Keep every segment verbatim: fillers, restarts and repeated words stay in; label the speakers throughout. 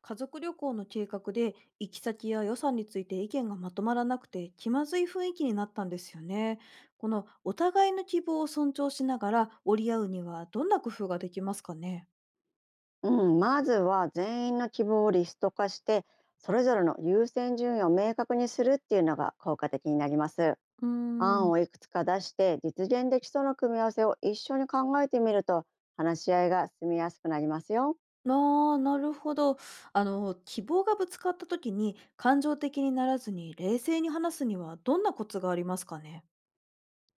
Speaker 1: 家族旅行の計画で行き先や予算について意見がまとまらなくて気まずい雰囲気になったんですよね。このお互いの希望を尊重しながら折り合うにはどんな工夫ができますかね。
Speaker 2: うん、まずは全員の希望をリスト化して、それぞれの優先順位を明確にするっていうのが効果的になります。
Speaker 1: うー
Speaker 2: 案
Speaker 1: ん、
Speaker 2: をいくつか出して実現できそうな組み合わせを一緒に考えてみると、話し合いが進みやすくなりますよ。
Speaker 1: ああ、なるほど。あの、希望がぶつかった時に感情的にならずに冷静に話すにはどんなコツがありますかね。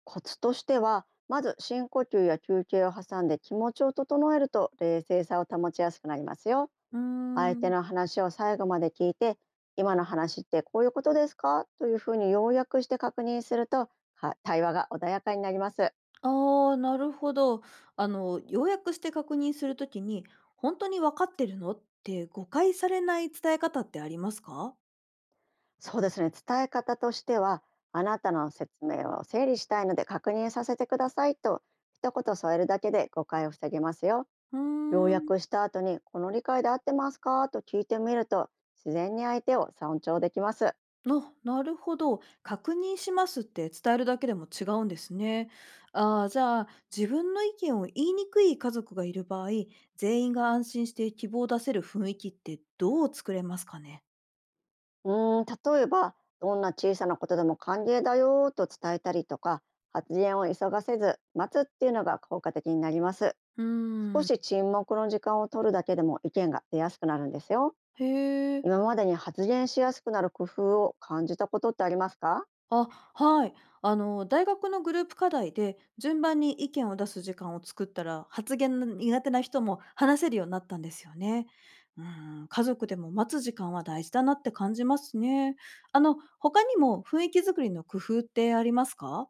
Speaker 2: コツとしては、まず深呼吸や休憩を挟んで気持ちを整えると冷静さを保ちやすくなりますよ。
Speaker 1: うー
Speaker 2: 相手
Speaker 1: ん、
Speaker 2: の話を最後まで聞いて「今の話ってこういうことですか？」というふうに要約して確認すると、か対話が穏やかになります。
Speaker 1: ああ、なるほど。あの、要約して確認するときに、本当に分かってるのって誤解されない伝え方ってありますか？
Speaker 2: そうですね、伝え方としては「あなたの説明を整理したいので確認させてください」と一言添えるだけで誤解を防げますよ。
Speaker 1: う
Speaker 2: 要
Speaker 1: ーん、
Speaker 2: 約した後に「この理解で合ってますか?」と聞いてみると、自然に相手を尊重できます。
Speaker 1: あ、なるほど。確認しますって伝えるだけでも違うんですね。ああ、じゃあ、自分の意見を言いにくい家族がいる場合、全員が安心して希望を出せる雰囲気ってどう作れますかね？
Speaker 2: うーん、例えば、どんな小さなことでも歓迎だよーと伝えたりとか、発言を急がせず待つっていうのが効果的になります。
Speaker 1: うー
Speaker 2: 少し
Speaker 1: ん、
Speaker 2: 沈黙の時間を取るだけでも意見が出やすくなるんですよ。
Speaker 1: へえ。
Speaker 2: 今までに発言しやすくなる工夫を感じたことってありますか？
Speaker 1: あ、はい。あの、大学のグループ課題で順番に意見を出す時間を作ったら、発言の苦手な人も話せるようになったんですよね。うん、家族でも待つ時間は大事だなって感じますね。あの、他にも雰囲気作りの工夫ってありますか。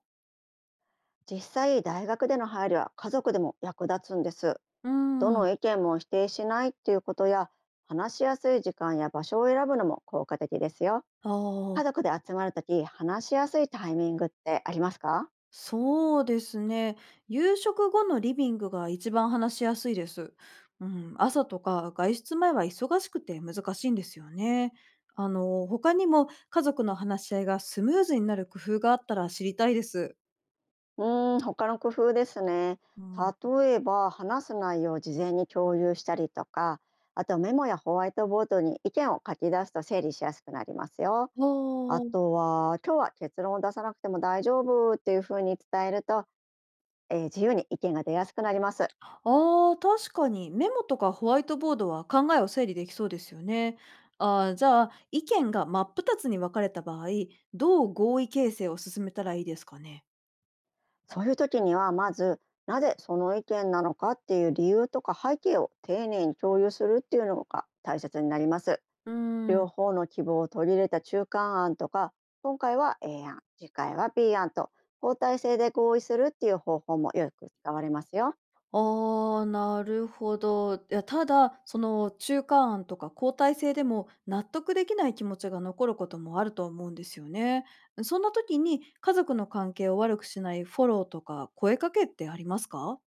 Speaker 2: 実際、大学での配慮は家族でも役立つんです。
Speaker 1: う
Speaker 2: ど
Speaker 1: ん。
Speaker 2: の意見も否定しないっていうことや、話しやすい時間や場所を選ぶのも効果的ですよ。
Speaker 1: あ
Speaker 2: 家
Speaker 1: あ。
Speaker 2: 族で集まるとき、話しやすいタイミングってありますか？
Speaker 1: そうですね。夕食後のリビングが一番話しやすいです。うん、朝とか外出前は忙しくて難しいんですよね。あの、他にも家族の話し合いがスムーズになる工夫があったら知りたいです。
Speaker 2: うーん、他の工夫ですね。
Speaker 1: うん、
Speaker 2: 例えば、話す内容を事前に共有したりとか、あとメモやホワイトボードに意見を書き出すと整理しやすくなりますよ。
Speaker 1: あ
Speaker 2: あ
Speaker 1: ー、
Speaker 2: とは、今日は結論を出さなくても大丈夫っていうふうに伝えると、えー自由に意見が出やすくなります。
Speaker 1: あー、確かにメモとかホワイトボードは考えを整理できそうですよね。あー、じゃあ、意見が真っ二つに分かれた場合、どう合意形成を進めたらいいですかね。
Speaker 2: そういう時には、まず、なぜその意見なのかっていう理由とか背景を丁寧に共有するっていうのが大切になります。
Speaker 1: うー
Speaker 2: 両
Speaker 1: ん、
Speaker 2: 方の希望を取り入れた中間案とか、今回は エー 案、次回は ビー 案と交代制で合意するっていう方法もよく使われますよ。
Speaker 1: ああ、なるほど。いや、ただ、その、中間案とか交代制でも納得できない気持ちが残ることもあると思うんですよね。そんな時に家族の関係を悪くしないフォローとか声かけってありますか。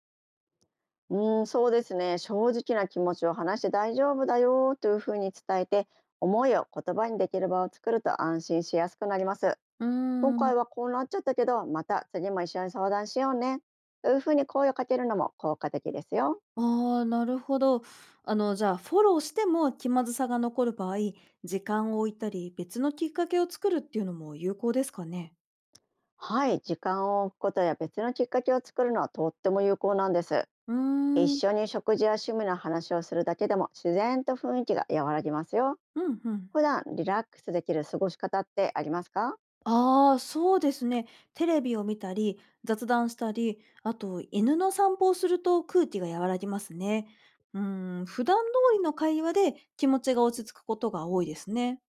Speaker 2: うん、そうですね、正直な気持ちを話して大丈夫だよというふうに伝えて、思いを言葉にできる場を作ると安心しやすくなります。
Speaker 1: うー
Speaker 2: 今
Speaker 1: ん。
Speaker 2: 回はこうなっちゃったけど、また次も一緒に相談しようねというふうに声をかけるのも効果的ですよ。
Speaker 1: ああ、なるほど。あの、じゃあ、フォローしても気まずさが残る場合、時間を置いたり、別のきっかけを作るっていうのも有効ですかね。
Speaker 2: はい、時間を置くことや別のきっかけを作るのはとっても有効なんです。
Speaker 1: うー
Speaker 2: 一
Speaker 1: ん。
Speaker 2: 緒に食事や趣味の話をするだけでも自然と雰囲気が和らぎますよ。
Speaker 1: うん、うん。
Speaker 2: 普段リラックスできる過ごし方ってありますか？
Speaker 1: ああ、そうですね。テレビを見たり、雑談したり、あと犬の散歩をすると空気が和らぎますね。うーん、普段通りの会話で気持ちが落ち着くことが多いですね。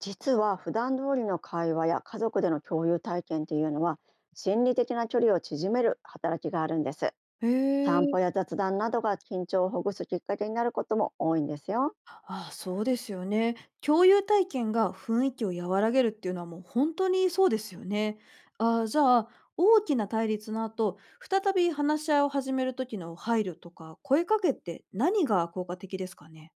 Speaker 2: 実は普段通りの会話や家族での共有体験というのは、心理的な距離を縮める働きがあるんです。
Speaker 1: へ
Speaker 2: 散
Speaker 1: え。
Speaker 2: 歩や雑談などが緊張をほぐすきっかけになることも多いんですよ。
Speaker 1: ああ、そうですよね。共有体験が雰囲気を和らげるっていうのはもう本当にそうですよね。ああ、じゃあ、大きな対立の後、再び話し合いを始める時の配慮とか声かけって何が効果的ですかね？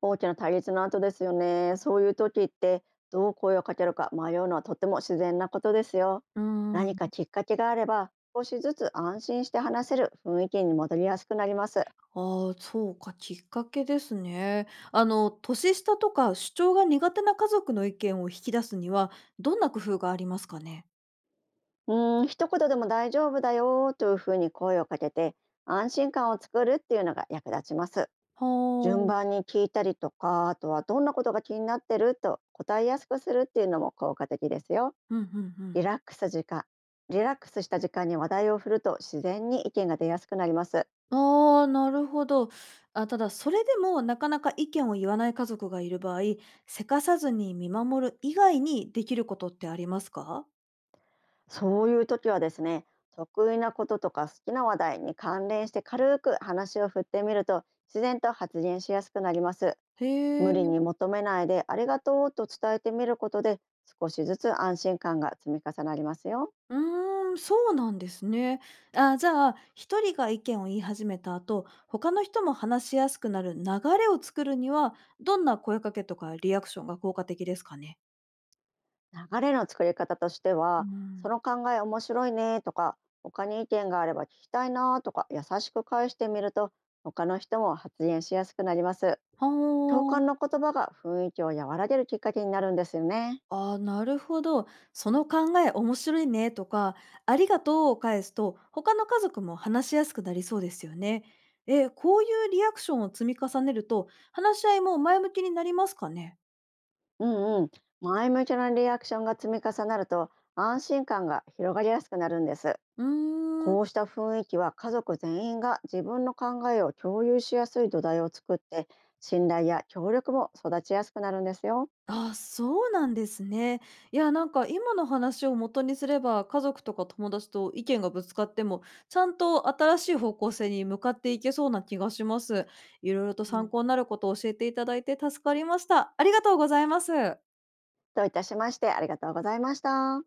Speaker 2: 大きな対立の後ですよね。そういう時って、どう声をかけるか迷うのはとても自然なことですよ。
Speaker 1: うー
Speaker 2: 何
Speaker 1: ん。
Speaker 2: かきっかけがあれば、少しずつ安心して話せる雰囲気に戻りやすくなります。
Speaker 1: ああ、そうか、きっかけですね。あの、年下とか主張が苦手な家族の意見を引き出すには、どんな工夫がありますかね？
Speaker 2: うーん、一言でも大丈夫だよというふうに声をかけて、安心感を作るっていうのが役立ちます。
Speaker 1: は
Speaker 2: 順
Speaker 1: あ。
Speaker 2: 番に聞いたりとか、あとはどんなことが気になってると答えやすくするっていうのも効果的ですよ。
Speaker 1: うんうんうん。
Speaker 2: リラックス時間、リラックスした時間に話題を振ると自然に意見が出やすくなります。
Speaker 1: ああ、なるほど。あ、ただ、それでもなかなか意見を言わない家族がいる場合、せかさずに見守る以外にできることってありますか？
Speaker 2: そういう時はですね、得意なこととか好きな話題に関連して軽く話を振ってみると自然と発言しやすくなります。
Speaker 1: へ
Speaker 2: 無
Speaker 1: え。
Speaker 2: 理に求めないでありがとうと伝えてみることで、少しずつ安心感が積み重なりますよ。
Speaker 1: うーん、そうなんですね。あ、じゃあ、一人が意見を言い始めた後、他の人も話しやすくなる流れを作るには、どんな声かけとかリアクションが効果的ですかね？
Speaker 2: 流れの作り方として
Speaker 1: う
Speaker 2: は「そ
Speaker 1: ん。
Speaker 2: の考え面白いね」とか「他に意見があれば聞きたいな」とか優しく返してみると、他の人も発言しやすくなります。共
Speaker 1: は
Speaker 2: 感の言葉が雰囲気を和らげるきっかけになるんですよね。
Speaker 1: あ、あ、なるほど。その考え面白いねとか、ありがとうを返すと、他の家族も話しやすくなりそうですよね。え、こういうリアクションを積み重ねると、話し合いも前向きになりますかね？
Speaker 2: うんうん。前向きなリアクションが積み重なると安心感が広がりやすくなるんです。
Speaker 1: うーん。
Speaker 2: こうした雰囲気は家族全員が自分の考えを共有しやすい土台を作って、信頼や協力も育ちやすくなるんですよ。
Speaker 1: あ、そうなんですね。いや、なんか今の話を元にすれば、家族とか友達と意見がぶつかっても、ちゃんと新しい方向性に向かっていけそうな気がします。いろいろと
Speaker 2: う
Speaker 1: 参
Speaker 2: ん、
Speaker 1: 考になることを教えていただいて助かりました。ありがとうございます。
Speaker 2: どういたしまして、ありがとうございました。